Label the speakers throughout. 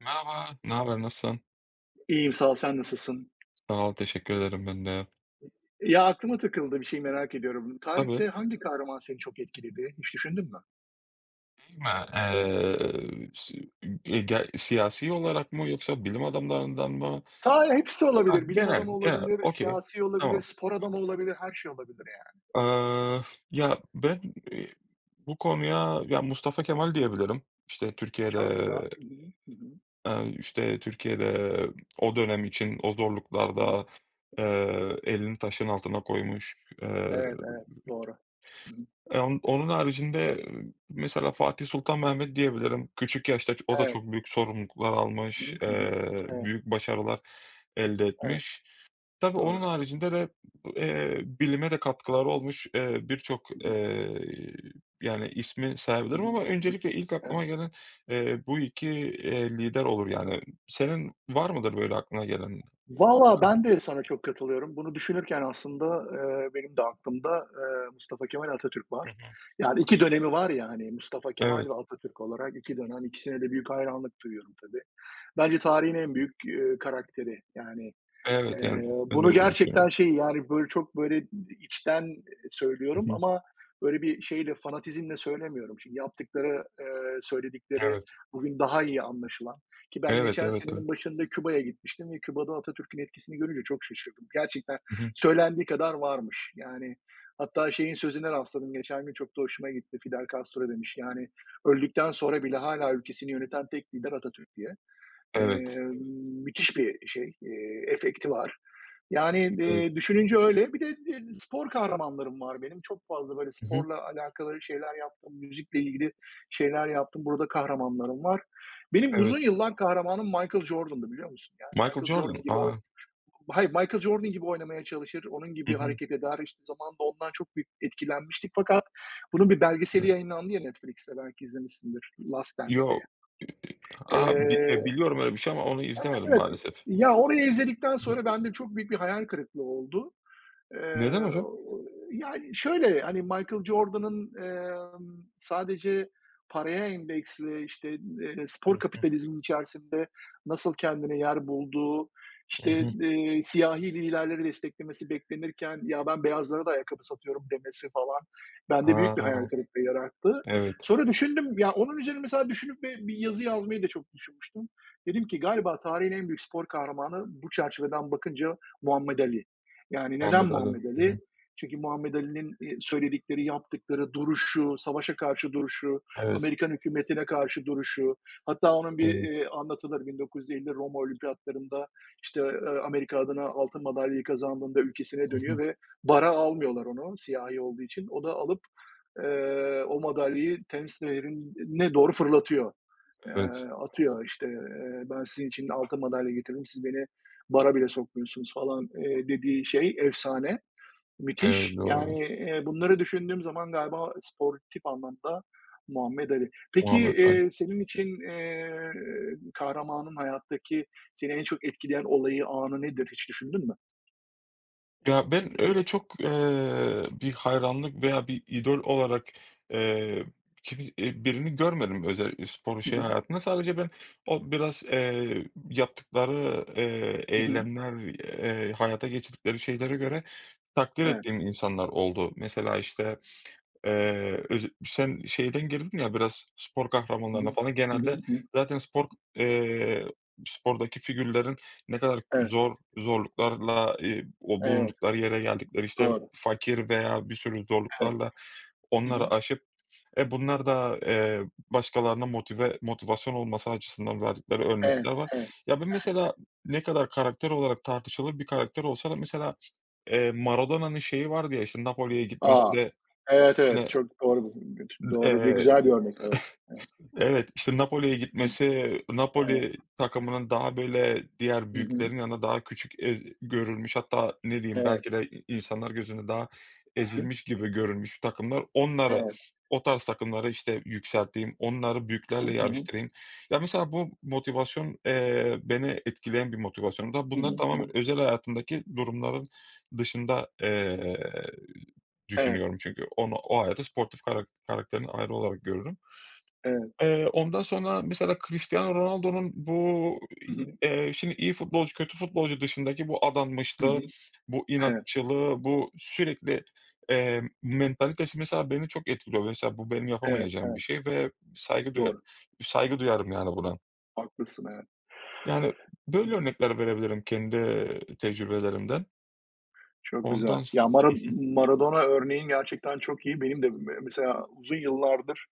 Speaker 1: Merhaba, ne haber, nasılsın?
Speaker 2: İyiyim, sağ ol. Sen nasılsın?
Speaker 1: Sağ ol, teşekkür ederim ben de.
Speaker 2: Ya, aklıma takıldı, bir şey merak ediyorum.
Speaker 1: Tabii.
Speaker 2: Tarihte hangi kahraman seni çok etkiledi? Hiç düşündün mü?
Speaker 1: Değil mi? Eee, si- siyasi olarak mı yoksa bilim adamlarından mı?
Speaker 2: Ta hepsi
Speaker 1: Ha,
Speaker 2: olabilir. Bilim
Speaker 1: genel,
Speaker 2: adamı
Speaker 1: genel.
Speaker 2: olabilir,
Speaker 1: Okey.
Speaker 2: siyasi olabilir,
Speaker 1: Tamam.
Speaker 2: spor adamı olabilir, her şey olabilir yani.
Speaker 1: Eee, ya ben bu konuya ya Mustafa Kemal diyebilirim. İşte
Speaker 2: Çok
Speaker 1: Türkiye'de
Speaker 2: güzel. Hı hı. Hı hı.
Speaker 1: işte Türkiye'de o dönem için o
Speaker 2: Hı hı.
Speaker 1: zorluklarda e, elini taşın altına koymuş. E,
Speaker 2: Evet, evet. Doğru. Hı hı.
Speaker 1: On onun haricinde, mesela Fatih Sultan Mehmet diyebilirim. Küçük yaşta o da
Speaker 2: Evet.
Speaker 1: çok büyük sorumluluklar
Speaker 2: Hı hı.
Speaker 1: almış,
Speaker 2: Hı hı. Evet,
Speaker 1: büyük başarılar elde
Speaker 2: evet.
Speaker 1: etmiş. Tabii onun
Speaker 2: Doğru.
Speaker 1: haricinde de, bilime de katkıları olmuş, birçok,
Speaker 2: Hı hı.
Speaker 1: yani, ismi
Speaker 2: Hı hı.
Speaker 1: sayabilirim ama
Speaker 2: Hı hı.
Speaker 1: öncelikle ilk
Speaker 2: Evet.
Speaker 1: aklıma gelen, bu 2 lider olur, yani. Senin var mıdır böyle aklına gelen?
Speaker 2: Valla ben de sana çok katılıyorum. Bunu düşünürken aslında, benim de aklımda, Mustafa Kemal Atatürk
Speaker 1: Hı
Speaker 2: var.
Speaker 1: hı.
Speaker 2: Yani 2 dönemi var ya, hani, Mustafa Kemal ve
Speaker 1: Evet,
Speaker 2: Atatürk olarak 2 dönem, ikisine de büyük hayranlık duyuyorum tabii. Bence tarihin en büyük, karakteri. Yani, Eee,
Speaker 1: evet, yani, ben
Speaker 2: bunu
Speaker 1: öyle
Speaker 2: gerçekten
Speaker 1: düşünüyorum.
Speaker 2: şey, yani, böyle, çok, böyle, içten,
Speaker 1: Hı
Speaker 2: söylüyorum
Speaker 1: hı.
Speaker 2: ama böyle bir şeyle, fanatizmle söylemiyorum. Şimdi yaptıkları, söyledikleri
Speaker 1: Evet.
Speaker 2: bugün daha iyi anlaşılan ki ben
Speaker 1: Evet,
Speaker 2: geçen
Speaker 1: evet,
Speaker 2: senenin
Speaker 1: evet.
Speaker 2: başında Küba'ya gitmiştim ve Küba'da Atatürk'ün etkisini görünce çok şaşırdım. Gerçekten
Speaker 1: Hı hı.
Speaker 2: söylendiği kadar varmış. Yani, hatta şeyin sözüne rastladım geçen gün çok da hoşuma gitti. Fidel Castro demiş, yani, "Öldükten sonra bile hala ülkesini yöneten tek lider Atatürk." diye.
Speaker 1: Evet,
Speaker 2: Eee, müthiş bir şey, efekti var. Yani,
Speaker 1: evet.
Speaker 2: düşününce öyle. Bir de, spor kahramanlarım var benim. Çok fazla böyle
Speaker 1: Hı hı.
Speaker 2: sporla alakalı şeyler yaptım, müzikle ilgili şeyler yaptım. Burada kahramanlarım var. Benim
Speaker 1: Evet.
Speaker 2: uzun yıllar kahramanım Michael Jordan'dı biliyor musun? Yani
Speaker 1: Michael
Speaker 2: Michael Jordan
Speaker 1: Jordan.
Speaker 2: gibi
Speaker 1: A!
Speaker 2: hayır, Michael Jordan gibi oynamaya çalışır, onun
Speaker 1: Hı
Speaker 2: gibi
Speaker 1: hı.
Speaker 2: hareket eder. İşte, zamanında ondan çok büyük etkilenmiştik fakat bunun bir belgeseli
Speaker 1: Evet.
Speaker 2: yayınlandı ya Netflix'te, belki izlemişsindir, Last Dance diye.
Speaker 1: Yo. A, bi
Speaker 2: Eee
Speaker 1: biliyorum öyle bir şey ama onu izlemedim
Speaker 2: Evet,
Speaker 1: maalesef.
Speaker 2: ya orayı izledikten
Speaker 1: Hı hı.
Speaker 2: sonra bende çok büyük bir hayal kırıklığı oldu. Eee,
Speaker 1: Neden hocam?
Speaker 2: yani, şöyle, hani, Michael Jordan'ın, sadece paraya endeksli, işte,
Speaker 1: Hı
Speaker 2: spor
Speaker 1: hı.
Speaker 2: kapitalizmin içerisinde nasıl kendine yer bulduğu,
Speaker 1: Hı
Speaker 2: işte,
Speaker 1: hı.
Speaker 2: siyahi liderleri desteklemesi beklenirken, "Ya, ben beyazlara da ayakkabı satıyorum." demesi falan bende büyük
Speaker 1: A!
Speaker 2: bir hayal kırıklığı yarattı.
Speaker 1: Evet.
Speaker 2: Sonra düşündüm, ya, onun üzerine mesela düşünüp bir yazı yazmayı da çok düşünmüştüm. Dedim ki, "Galiba tarihin en büyük spor kahramanı bu çerçeveden bakınca Muhammed Ali." Yani neden
Speaker 1: Muhammed Ali.
Speaker 2: Muhammed
Speaker 1: Hı
Speaker 2: Ali?
Speaker 1: hı.
Speaker 2: Çünkü Muhammed Ali'nin, söyledikleri, yaptıkları, duruşu, savaşa karşı duruşu,
Speaker 1: Evet,
Speaker 2: Amerikan hükümetine karşı duruşu, hatta onun bir,
Speaker 1: evet.
Speaker 2: anlatılır 1950 Roma Olimpiyatlarında, işte, Amerika adına altın madalyayı kazandığında ülkesine
Speaker 1: Hı
Speaker 2: dönüyor
Speaker 1: hı.
Speaker 2: ve bara almıyorlar onu siyahi olduğu için. O da alıp, o madalyayı Tems Nehri'ne doğru fırlatıyor. Eee,
Speaker 1: Evet.
Speaker 2: atıyor, işte, "Ben sizin için altın madalya getirdim, siz beni bara bile sokmuyorsunuz falan, dediği şey efsane,
Speaker 1: Evet,
Speaker 2: müthiş. Yani,
Speaker 1: doğrudur.
Speaker 2: bunları düşündüğüm zaman galiba sportif anlamda Muhammed Ali. Peki,
Speaker 1: Muhammed Ali.
Speaker 2: senin için, kahramanın hayattaki seni en çok etkileyen olayı, anı nedir hiç düşündün mü?
Speaker 1: Ya, ben öyle çok, bir hayranlık veya bir idol olarak, eee, kimi birini görmedim özel spor
Speaker 2: Hı
Speaker 1: şey
Speaker 2: hı.
Speaker 1: hayatında. Sadece ben o biraz, yaptıkları,
Speaker 2: Hı hı.
Speaker 1: eylemler, hayata geçirdikleri şeylere göre takdir
Speaker 2: Evet.
Speaker 1: ettiğim insanlar oldu. Mesela, işte. Öz Sen şeyden girdin ya biraz spor
Speaker 2: Hı
Speaker 1: kahramanlarına
Speaker 2: hı.
Speaker 1: falan
Speaker 2: Hı
Speaker 1: genelde
Speaker 2: hı. Hı.
Speaker 1: zaten spor, eee, spordaki figürlerin ne kadar
Speaker 2: Evet,
Speaker 1: zorluklarla, o
Speaker 2: evet,
Speaker 1: bulundukları yere geldikleri, işte,
Speaker 2: doğru.
Speaker 1: fakir veya bir sürü
Speaker 2: Evet.
Speaker 1: zorluklarla
Speaker 2: Hı
Speaker 1: onları
Speaker 2: hı.
Speaker 1: aşıp, bunlar da, başkalarına motivasyon olması açısından verdikleri
Speaker 2: Evet,
Speaker 1: örnekler var.
Speaker 2: evet.
Speaker 1: Ya, ben mesela ne kadar karakter olarak tartışılır bir karakter olsa da mesela, Maradona'nın şeyi vardı ya, işte, Napoli'ye gitmesi
Speaker 2: A!
Speaker 1: de,
Speaker 2: Evet, evet,
Speaker 1: hani.
Speaker 2: çok doğru bir doğru ve
Speaker 1: eee
Speaker 2: güzel bir örnek. Evet, evet.
Speaker 1: Evet, işte Napoli'ye
Speaker 2: Hı.
Speaker 1: gitmesi,
Speaker 2: Evet.
Speaker 1: Napoli takımının daha böyle diğer
Speaker 2: Hı hı.
Speaker 1: büyüklerin yanında daha küçük görülmüş, hatta ne diyeyim
Speaker 2: Evet.
Speaker 1: belki de insanlar gözünde daha
Speaker 2: Hı.
Speaker 1: ezilmiş gibi görülmüş takımlar.
Speaker 2: Evet.
Speaker 1: O tarz takımları, işte, yükselteyim, onları
Speaker 2: Hı hı.
Speaker 1: büyüklerle
Speaker 2: Hı hı.
Speaker 1: yarıştırayım. Ya, mesela bu motivasyon, beni etkileyen bir motivasyon. Da
Speaker 2: Hı hı.
Speaker 1: bunlar
Speaker 2: Hı hı.
Speaker 1: tamamen özel hayatındaki durumların dışında,
Speaker 2: Evet,
Speaker 1: düşünüyorum çünkü onu o hayata sportif karakterin ayrı olarak görürüm.
Speaker 2: evet.
Speaker 1: Ondan sonra mesela Cristiano Ronaldo'nun bu,
Speaker 2: Hı hı.
Speaker 1: şimdi iyi futbolcu, kötü futbolcu dışındaki bu
Speaker 2: Hı hı.
Speaker 1: adanmışlığı, bu
Speaker 2: Evet,
Speaker 1: inatçılığı, bu sürekli, mentalitesi mesela beni çok etkiliyor. Mesela bu benim
Speaker 2: evet,
Speaker 1: yapamayacağım bir
Speaker 2: evet.
Speaker 1: şey ve
Speaker 2: Doğru.
Speaker 1: saygı duyarım yani buna.
Speaker 2: Haklısın, evet.
Speaker 1: Yani böyle örnekler verebilirim kendi tecrübelerimden.
Speaker 2: Çok güzel.
Speaker 1: Ondan s
Speaker 2: Ya, Maradona örneğin gerçekten çok iyi. Benim de mesela uzun yıllardır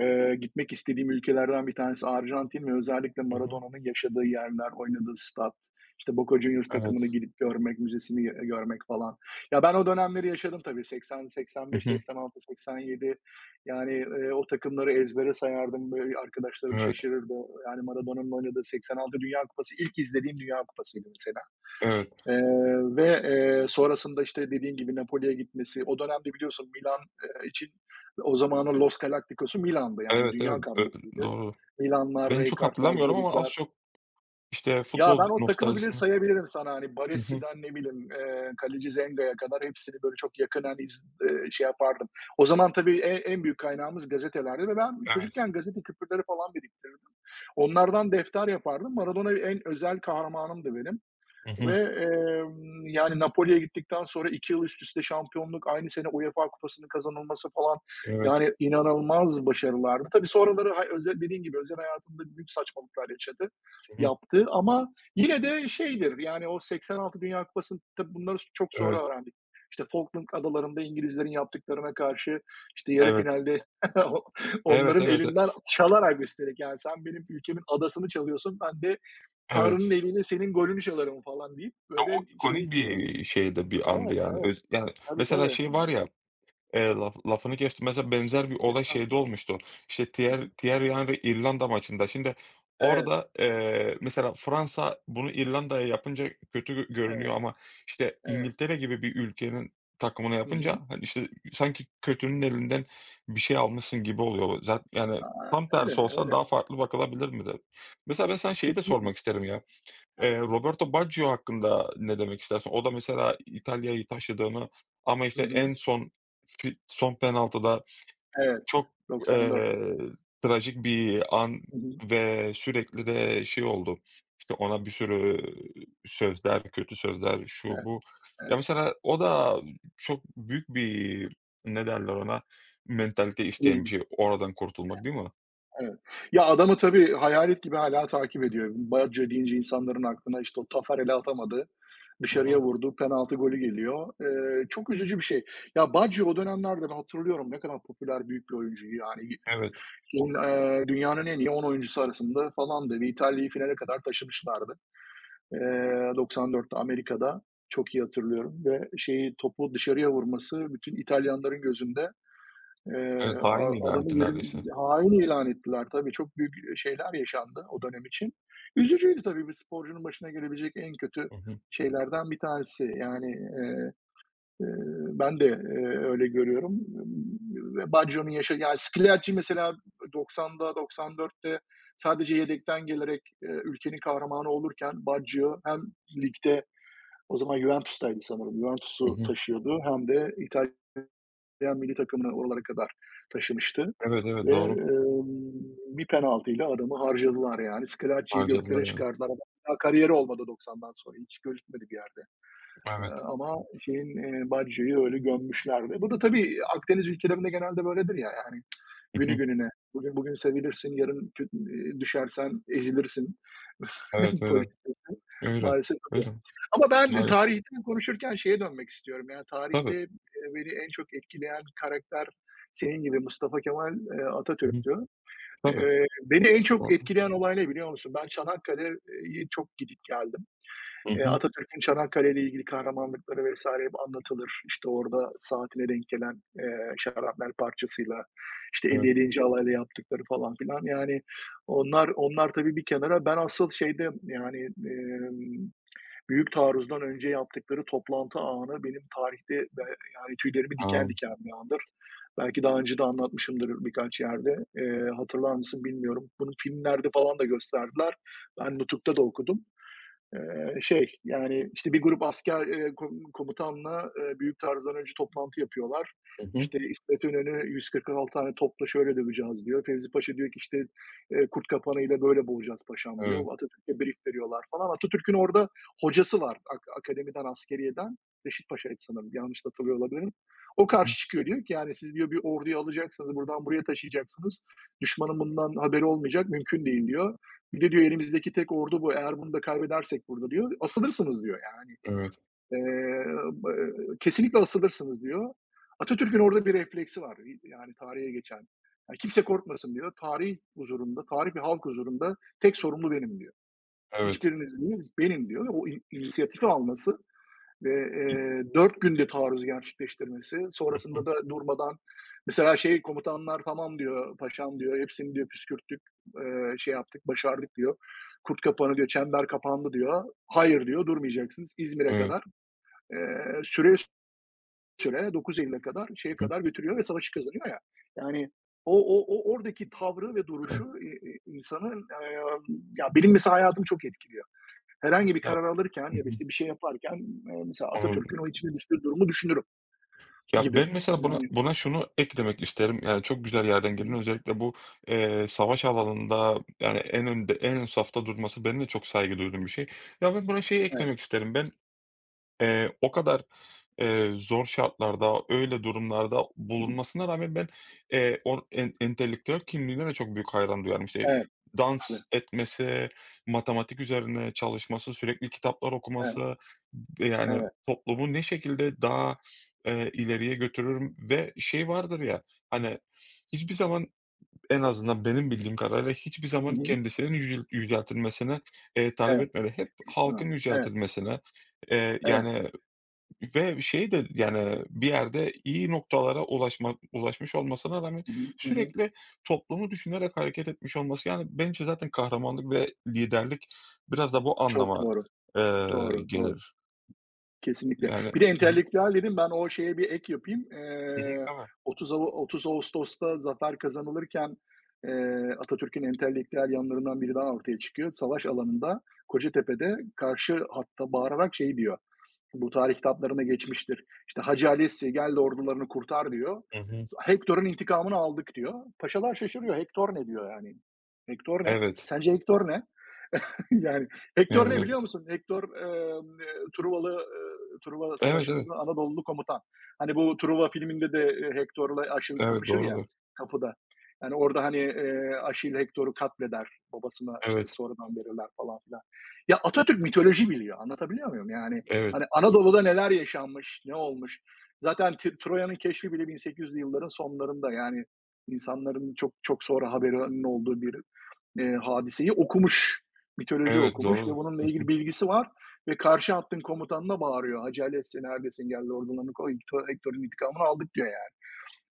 Speaker 2: Gitmek istediğim ülkelerden bir tanesi Arjantin ve özellikle
Speaker 1: Hı hı.
Speaker 2: Maradona'nın yaşadığı yerler, oynadığı stat, işte Boca Juniors takımını
Speaker 1: Evet.
Speaker 2: gidip görmek, müzesini görmek falan. Ya, ben o dönemleri yaşadım tabii. 80,
Speaker 1: Hı
Speaker 2: 85,
Speaker 1: hı.
Speaker 2: 86, 87 yani, o takımları ezbere sayardım. Böyle arkadaşlarım
Speaker 1: Evet,
Speaker 2: şaşırırdı. Yani Maradona'nın oynadığı 86 Dünya Kupası ilk izlediğim Dünya Kupası'ydı mesela.
Speaker 1: evet,
Speaker 2: Eee, ve, sonrasında, işte, dediğin gibi Napoli'ye gitmesi, o dönemde biliyorsun Milan, için o zamanın Los Galacticos'u Milan'dı, yani
Speaker 1: evet, evet.
Speaker 2: dünya karmasıydı.
Speaker 1: Doğru.
Speaker 2: Milanlar,
Speaker 1: Ben çok
Speaker 2: Rijkaard'lar,
Speaker 1: hatırlamıyorum ama az
Speaker 2: Gullit''ler.
Speaker 1: çok, işte,
Speaker 2: Ya,
Speaker 1: futbol
Speaker 2: ben o takımı bile
Speaker 1: nostaljisini.
Speaker 2: sayabilirim sana, hani,
Speaker 1: Hı hı.
Speaker 2: Baresi'den ne bileyim, kaleci Zenga'ya kadar hepsini böyle çok yakından iz şey yapardım. O zaman tabii en büyük kaynağımız gazetelerdi ve ben
Speaker 1: Evet.
Speaker 2: çocukken gazete küpürleri falan biriktirirdim. Onlardan defter yapardım. Maradona en özel kahramanımdı benim.
Speaker 1: Hı
Speaker 2: Ve,
Speaker 1: hı.
Speaker 2: yani, Napoli'ye gittikten sonra 2 yıl üst üste şampiyonluk, aynı sene UEFA Kupası'nın kazanılması falan,
Speaker 1: Evet.
Speaker 2: yani, inanılmaz başarılardı. Tabii sonraları özel dediğin gibi özel hayatında büyük saçmalıklar yaşadı,
Speaker 1: Hı hı.
Speaker 2: yaptı ama yine de şeydir, yani, o 86 Dünya Kupası'nın tabii bunları çok
Speaker 1: Evet.
Speaker 2: sonra öğrendik. İşte, Falkland Adaları'nda İngilizlerin yaptıklarına karşı, işte, yarı
Speaker 1: Evet.
Speaker 2: finalde
Speaker 1: Evet,
Speaker 2: onların
Speaker 1: evet,
Speaker 2: elinden çalarak üstelik, yani, sen benim ülkemin adasını çalıyorsun, ben de Tanrı'nın
Speaker 1: evet.
Speaker 2: eliyle senin golünü çalarım falan deyip
Speaker 1: Ya, o
Speaker 2: böyle şey,
Speaker 1: ikonik bir, şey de bir andı
Speaker 2: Evet,
Speaker 1: yani.
Speaker 2: evet.
Speaker 1: Yani,
Speaker 2: Tabii,
Speaker 1: mesela
Speaker 2: tabii.
Speaker 1: şey var ya. Lafını kestim. Mesela benzer bir olay
Speaker 2: Destan.
Speaker 1: şeyde olmuştu. İşte
Speaker 2: Hı hı.
Speaker 1: Thierry Henry İrlanda maçında. Şimdi
Speaker 2: Evet,
Speaker 1: orada, mesela Fransa bunu İrlanda'ya yapınca kötü
Speaker 2: evet,
Speaker 1: görünüyor ama işte
Speaker 2: evet.
Speaker 1: İngiltere gibi bir ülkenin takımına
Speaker 2: Hı hı.
Speaker 1: yapınca, hani, işte, sanki kötünün elinden bir şey almışsın gibi oluyor. Zaten yani
Speaker 2: A,
Speaker 1: tam
Speaker 2: öyle,
Speaker 1: tersi olsa
Speaker 2: öyle.
Speaker 1: daha farklı bakılabilir miydi? Mesela ben sana şeyi de
Speaker 2: Kesinlikle.
Speaker 1: sormak isterim ya.
Speaker 2: Tabii.
Speaker 1: Roberto Baggio hakkında ne demek istersin? O da mesela İtalya'yı taşıdığını ama,
Speaker 2: Hı
Speaker 1: işte,
Speaker 2: hı.
Speaker 1: en son son penaltıda
Speaker 2: Evet.
Speaker 1: çok,
Speaker 2: 94.
Speaker 1: eee, trajik bir an
Speaker 2: Hı hı.
Speaker 1: ve sürekli de şey oldu, işte, ona bir sürü sözler, kötü sözler, şu,
Speaker 2: Evet,
Speaker 1: bu. Ya,
Speaker 2: evet.
Speaker 1: mesela o da çok büyük bir, ne derler ona, mentalite isteyen bir şey, oradan kurtulmak, değil mi?
Speaker 2: Evet. Ya, adamı tabii hayalet gibi hâlâ takip ediyor. Baggia deyince insanların aklına, işte, o Taffarel'e atamadı,
Speaker 1: Hı hı.
Speaker 2: dışarıya vurdu, penaltı golü geliyor. Çok üzücü bir şey. Ya, Baggia o dönemlerde ben hatırlıyorum ne kadar popüler büyük bir oyuncuydu yani.
Speaker 1: Evet.
Speaker 2: Dünyanın en iyi 10 oyuncusu arasında falandı ve İtalya'yı finale kadar taşımışlardı. 94'te Amerika'da. Çok iyi hatırlıyorum ve şeyi, topu dışarıya vurması bütün İtalyanların gözünde
Speaker 1: Evet, hain
Speaker 2: a adamı
Speaker 1: ilanıydı
Speaker 2: yerin
Speaker 1: neredeyse.
Speaker 2: hain ilan ettiler. Tabii çok büyük, şeyler yaşandı o dönem için. Üzücüydü tabii bir sporcunun başına gelebilecek en kötü
Speaker 1: Hı hı.
Speaker 2: şeylerden bir tanesi. Yani, eee, ben de, öyle görüyorum. Ve Baggio'nun yani Schillaci mesela 90'da 94'te sadece yedekten gelerek, ülkenin kahramanı olurken Baggio hem ligde o zaman Juventus'taydı sanırım,
Speaker 1: Hı
Speaker 2: Juventus'u
Speaker 1: hı.
Speaker 2: taşıyordu hem de İtalya milli takımını oralara kadar taşımıştı
Speaker 1: Evet, evet,
Speaker 2: ve,
Speaker 1: doğru.
Speaker 2: bir penaltıyla adamı harcadılar yani. Scalacci'yi
Speaker 1: Harcadılar
Speaker 2: göklere
Speaker 1: yani.
Speaker 2: çıkardılar. Ama kariyeri olmadı 90'dan sonra. Hiç gözükmedi bir yerde. Eee,
Speaker 1: Evet.
Speaker 2: ama şeyin, Baggio'yu öyle gömmüşlerdi. Bu da tabii Akdeniz ülkelerinde genelde böyledir ya yani.
Speaker 1: Hı
Speaker 2: Günü
Speaker 1: hı.
Speaker 2: gününe. Bugün bugün sevilirsin, yarın kü düşersen ezilirsin
Speaker 1: Evet, öyle.
Speaker 2: politikası
Speaker 1: Öyle,
Speaker 2: maalesef öyle.
Speaker 1: öyle.
Speaker 2: Ama ben
Speaker 1: Maalesef.
Speaker 2: tarihten konuşurken şeye dönmek istiyorum ya, tarihte,
Speaker 1: Tabii.
Speaker 2: beni en çok etkileyen karakter senin gibi Mustafa Kemal,
Speaker 1: Hı hı.
Speaker 2: Atatürk'tü.
Speaker 1: Tabii.
Speaker 2: Beni en çok
Speaker 1: Doğru.
Speaker 2: etkileyen olay ne biliyor musun? Ben Çanakkale'ye çok gidip geldim.
Speaker 1: Hı hı.
Speaker 2: Atatürk'ün Çanakkale ile ilgili kahramanlıkları vesaire hep anlatılır. İşte, orada saatine denk gelen, şarapnel parçasıyla, işte,
Speaker 1: Evet.
Speaker 2: 57. alayla yaptıkları falan filan. Yani onlar tabii bir kenara. Ben asıl şeyde, yani, büyük taarruzdan önce yaptıkları toplantı anı benim tarihte yani tüylerimi diken
Speaker 1: Amm.
Speaker 2: diken bir andır. Belki daha önce de anlatmışımdır birkaç yerde. Hatırlar mısın bilmiyorum. Bunu filmlerde falan da gösterdiler. Ben Nutuk'ta da okudum. Şey, yani, işte, bir grup asker, komutanla, büyük taarruzdan önce toplantı yapıyorlar.
Speaker 1: Hı hı.
Speaker 2: İşte, İsmet İnönü "146 tane topla şöyle döveceğiz." diyor. Fevzi Paşa diyor ki, işte, "Kurt kapanıyla böyle boğacağız paşam." diyor.
Speaker 1: Evet.
Speaker 2: Atatürk'e brief veriyorlar falan. Atatürk'ün orada hocası var akademiden, askeriyeden. Reşit Paşa'ydı sanırım, yanlış da hatırlıyor olabilirim. O
Speaker 1: Hı hı.
Speaker 2: karşı çıkıyor. Diyor ki, yani, "Siz" diyor, "bir orduyu alacaksınız, buradan buraya taşıyacaksınız. Düşmanın bundan haberi olmayacak, mümkün değil." diyor. Bir de diyor elimizdeki tek ordu bu. Eğer bunu da kaybedersek burada diyor, asılırsınız diyor yani.
Speaker 1: Evet,
Speaker 2: Eee, e, kesinlikle asılırsınız diyor. Atatürk'ün orada bir refleksi var, yani tarihe geçen. Yani kimse korkmasın diyor. Tarih huzurunda, tarih ve halk huzurunda tek sorumlu benim diyor.
Speaker 1: evet.
Speaker 2: Hiçbiriniz değil, benim diyor. O inisiyatifi alması ve,
Speaker 1: İ
Speaker 2: 4 günde taarruz gerçekleştirmesi,
Speaker 1: Hı
Speaker 2: sonrasında
Speaker 1: hı.
Speaker 2: da durmadan mesela şey komutanlar "Tamam." diyor, "Paşam." diyor, "Hepsini." diyor, "Püskürttük, şey yaptık, başardık." diyor. "Kurt kapanı." diyor, "Çember kapandı." diyor. "Hayır." diyor, "Durmayacaksınız." İzmir'e
Speaker 1: Evet.
Speaker 2: kadar, eee, süre süre 9 Eylül'e kadar, şeye
Speaker 1: Hı hı.
Speaker 2: kadar götürüyor ve savaşı kazanıyor ya. Yani o o o oradaki tavrı ve
Speaker 1: Evet.
Speaker 2: duruşu, insanın, ya benim mesela hayatımı çok etkiliyor herhangi bir
Speaker 1: Ya
Speaker 2: karar alırken
Speaker 1: Hı
Speaker 2: ya da,
Speaker 1: hı.
Speaker 2: işte, bir şey yaparken, mesela Atatürk'ün o
Speaker 1: Anladım.
Speaker 2: içine düştüğü durumu düşünürüm
Speaker 1: Ya,
Speaker 2: gibi.
Speaker 1: ben mesela buna
Speaker 2: Yani.
Speaker 1: buna şunu eklemek isterim. Yani, çok güzel yerden
Speaker 2: Hı
Speaker 1: girdin.
Speaker 2: hı.
Speaker 1: Özellikle bu, savaş alanında, yani, en ön safta durması benim de çok saygı duyduğum bir şey. Ya, ben buna şeyi
Speaker 2: Evet.
Speaker 1: eklemek isterim. Ben. O kadar, zor şartlarda, öyle durumlarda
Speaker 2: Hı hı.
Speaker 1: bulunmasına rağmen ben, o en entelektüel kimliğine de çok büyük hayran duyarım. İşte,
Speaker 2: Evet,
Speaker 1: dans
Speaker 2: tabii.
Speaker 1: etmesi, matematik üzerine çalışması, sürekli kitaplar
Speaker 2: Evet,
Speaker 1: okuması, yani,
Speaker 2: evet.
Speaker 1: toplumu ne şekilde daha, ileriye götürürüm ve şey vardır ya, hani, hiçbir zaman, en azından benim bildiğim kadarıyla hiçbir
Speaker 2: Hı
Speaker 1: zaman
Speaker 2: hı.
Speaker 1: kendisinin yüceltilmesini, talep
Speaker 2: Evet.
Speaker 1: etmedi. Hep
Speaker 2: İstemem.
Speaker 1: halkın
Speaker 2: Evet,
Speaker 1: yüceltilmesine,
Speaker 2: evet.
Speaker 1: yani ve şey de yani bir yerde iyi noktalara ulaşmış olmasına rağmen
Speaker 2: Hı hı. Hı hı.
Speaker 1: sürekli toplumu düşünerek hareket etmiş olması, yani, bence zaten kahramanlık ve liderlik biraz da bu
Speaker 2: Çok
Speaker 1: anlama,
Speaker 2: doğru. Doğru, doğru.
Speaker 1: gelir.
Speaker 2: Kesinlikle.
Speaker 1: Yani. Hı
Speaker 2: Bir de
Speaker 1: hı.
Speaker 2: entelektüel dedim ben o şeye bir ek yapayım.
Speaker 1: Hı hı. Tabii.
Speaker 2: 30 Ağustos'ta zafer kazanılırken, Atatürk'ün entelektüel yanlarından biri daha ortaya çıkıyor. Savaş alanında Kocatepe'de karşı hatta bağırarak şey diyor. Bu tarih kitaplarına geçmiştir. İşte Hacı Alessi gel de ordularını kurtar diyor.
Speaker 1: Hı hı.
Speaker 2: Hektor'un intikamını aldık diyor. Paşalar şaşırıyor. Hektor ne diyor yani? Hektor ne?
Speaker 1: Evet.
Speaker 2: Sence Hektor ne? Yani Hector
Speaker 1: Evet,
Speaker 2: ne biliyor
Speaker 1: evet.
Speaker 2: musun? Hector, Truvalı, Truva
Speaker 1: Evet, evet.
Speaker 2: Savaşı'nda Anadolulu komutan. Hani, bu Truva filminde de, Hector'la Aşil
Speaker 1: Evet,
Speaker 2: kapışır ya
Speaker 1: doğrudur.
Speaker 2: kapıda. Yani, orada, hani, Aşil Hector'u katleder. Babasına, işte,
Speaker 1: Evet,
Speaker 2: sonradan verirler falan filan. Ya, Atatürk mitoloji biliyor. Anlatabiliyor muyum? Yani,
Speaker 1: evet.
Speaker 2: hani, Anadolu'da neler yaşanmış, ne olmuş? Zaten Troya'nın keşfi bile 1800'lü yılların sonlarında. Yani, insanların çok çok sonra haberinin olduğu bir hadiseyi okumuş, mitoloji
Speaker 1: Evet,
Speaker 2: okumuş ve
Speaker 1: doğrudur.
Speaker 2: bununla
Speaker 1: Hı
Speaker 2: ilgili
Speaker 1: hı.
Speaker 2: bilgisi var ve karşı hattın komutanına bağırıyor. "Acele etse neredesin gel ordularını koy, Hector'un intikamını aldık." diyor yani.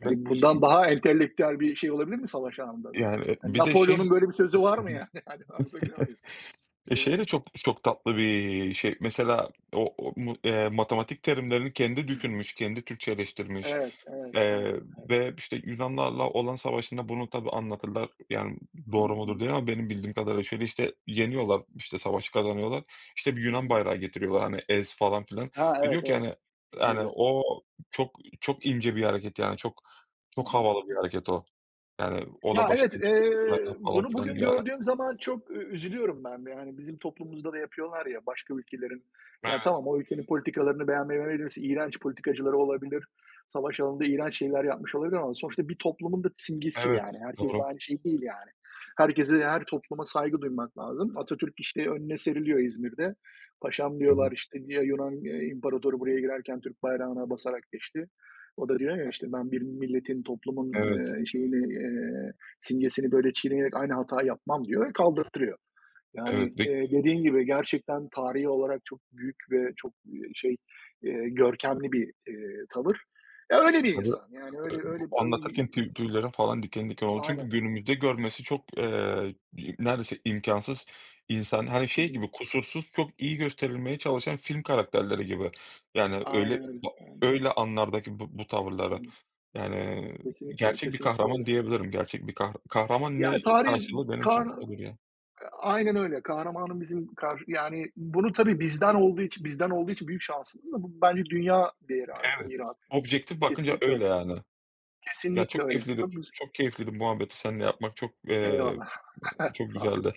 Speaker 1: Ve
Speaker 2: Hani bundan daha entelektüel bir şey olabilir mi savaş anında?
Speaker 1: yani,
Speaker 2: Yani
Speaker 1: bir de şey.
Speaker 2: Napolyon'un böyle bir sözü var mı
Speaker 1: Hı hı.
Speaker 2: yani? Hani anlatabiliyor muyum? Hı
Speaker 1: Şey de çok çok tatlı bir şey. Mesela o o mu matematik terimlerini kendi
Speaker 2: hı.
Speaker 1: düşünmüş, kendi Türkçeleştirmiş,
Speaker 2: Evet, evet, evet,
Speaker 1: eee,
Speaker 2: evet.
Speaker 1: ve, işte, Yunanlarla olan savaşında bunu tabii anlatırlar. Yani
Speaker 2: hı
Speaker 1: doğru mudur
Speaker 2: hı.
Speaker 1: diye ama benim bildiğim kadarıyla şöyle, işte, yeniyorlar, işte, savaşı kazanıyorlar. İşte, bir
Speaker 2: Hı
Speaker 1: Yunan
Speaker 2: hı.
Speaker 1: bayrağı getiriyorlar, hani, falan filan
Speaker 2: Ha,
Speaker 1: ve
Speaker 2: evet,
Speaker 1: diyor ki,
Speaker 2: evet.
Speaker 1: yani,
Speaker 2: İzmir'de.
Speaker 1: o çok çok ince bir hareket, yani, çok
Speaker 2: Hı
Speaker 1: çok
Speaker 2: hı.
Speaker 1: havalı bir hareket o. Yani, o
Speaker 2: Ya,
Speaker 1: da
Speaker 2: evet,
Speaker 1: başka bir bayrağı falan
Speaker 2: bunu
Speaker 1: filan
Speaker 2: bugün
Speaker 1: diyor. Yani.
Speaker 2: gördüğüm zaman çok üzülüyorum ben de. Yani, bizim toplumumuzda da yapıyorlar ya, başka ülkelerin. Ya,
Speaker 1: Evet,
Speaker 2: tamam, o ülkenin politikalarını beğenmeyebiliriz, iğrenç politikacıları olabilir, savaş alanında iğrenç şeyler yapmış olabilir ama sonuçta bir toplumun da simgesi,
Speaker 1: evet,
Speaker 2: yani. Herkes de
Speaker 1: doğru.
Speaker 2: aynı şey değil, yani. Herkese, her topluma saygı duymak lazım. Atatürk, işte, önüne seriliyor İzmir'de. "Paşam" diyorlar, işte, diye Yunan, imparatoru buraya girerken Türk bayrağına basarak geçti. O da diyor ya, işte, "Ben bir milletin, toplumun,
Speaker 1: Evet,
Speaker 2: şeyini, simgesini böyle çiğneyerek aynı hata yapmam diyor ve kaldırtırıyor. Yani,
Speaker 1: evet ve
Speaker 2: dediğin gibi gerçekten tarihi olarak çok büyük ve çok, görkemli bir, tavır. Ya, öyle bir
Speaker 1: tabii
Speaker 2: insan. Yani öyle öyle öyle.
Speaker 1: anlatırken tüylerim falan diken diken oldu. Çünkü
Speaker 2: Aynen.
Speaker 1: günümüzde görmesi çok, neredeyse imkansız. İnsan, hani,
Speaker 2: Hı
Speaker 1: şey
Speaker 2: hı.
Speaker 1: gibi, kusursuz, çok iyi gösterilmeye çalışan film karakterleri gibi. Yani
Speaker 2: Aynen
Speaker 1: öyle
Speaker 2: öyle. Aynen.
Speaker 1: öyle anlardaki bu
Speaker 2: Hı
Speaker 1: tavırları.
Speaker 2: hı.
Speaker 1: Yani
Speaker 2: Kesinlikle,
Speaker 1: gerçek bir
Speaker 2: kesinlikle
Speaker 1: kahraman
Speaker 2: öyle.
Speaker 1: diyebilirim. Gerçek bir kahraman
Speaker 2: Ya,
Speaker 1: ne
Speaker 2: tarihi.
Speaker 1: karşılığı benim için
Speaker 2: kar
Speaker 1: olur ya.
Speaker 2: Aynen öyle. Kahramanım bizim yani bunu tabii bizden olduğu için büyük şansımız da bu bence dünya değeri artık,
Speaker 1: Evet,
Speaker 2: miras.
Speaker 1: objektif bakınca
Speaker 2: Kesinlikle öyle.
Speaker 1: öyle yani. Ya,
Speaker 2: Kesinlikle öyle.
Speaker 1: çok keyifliydi muhabbeti seninle yapmak. Çok, eee,
Speaker 2: Eyvallah.
Speaker 1: çok
Speaker 2: Sağ ol.
Speaker 1: güzeldi.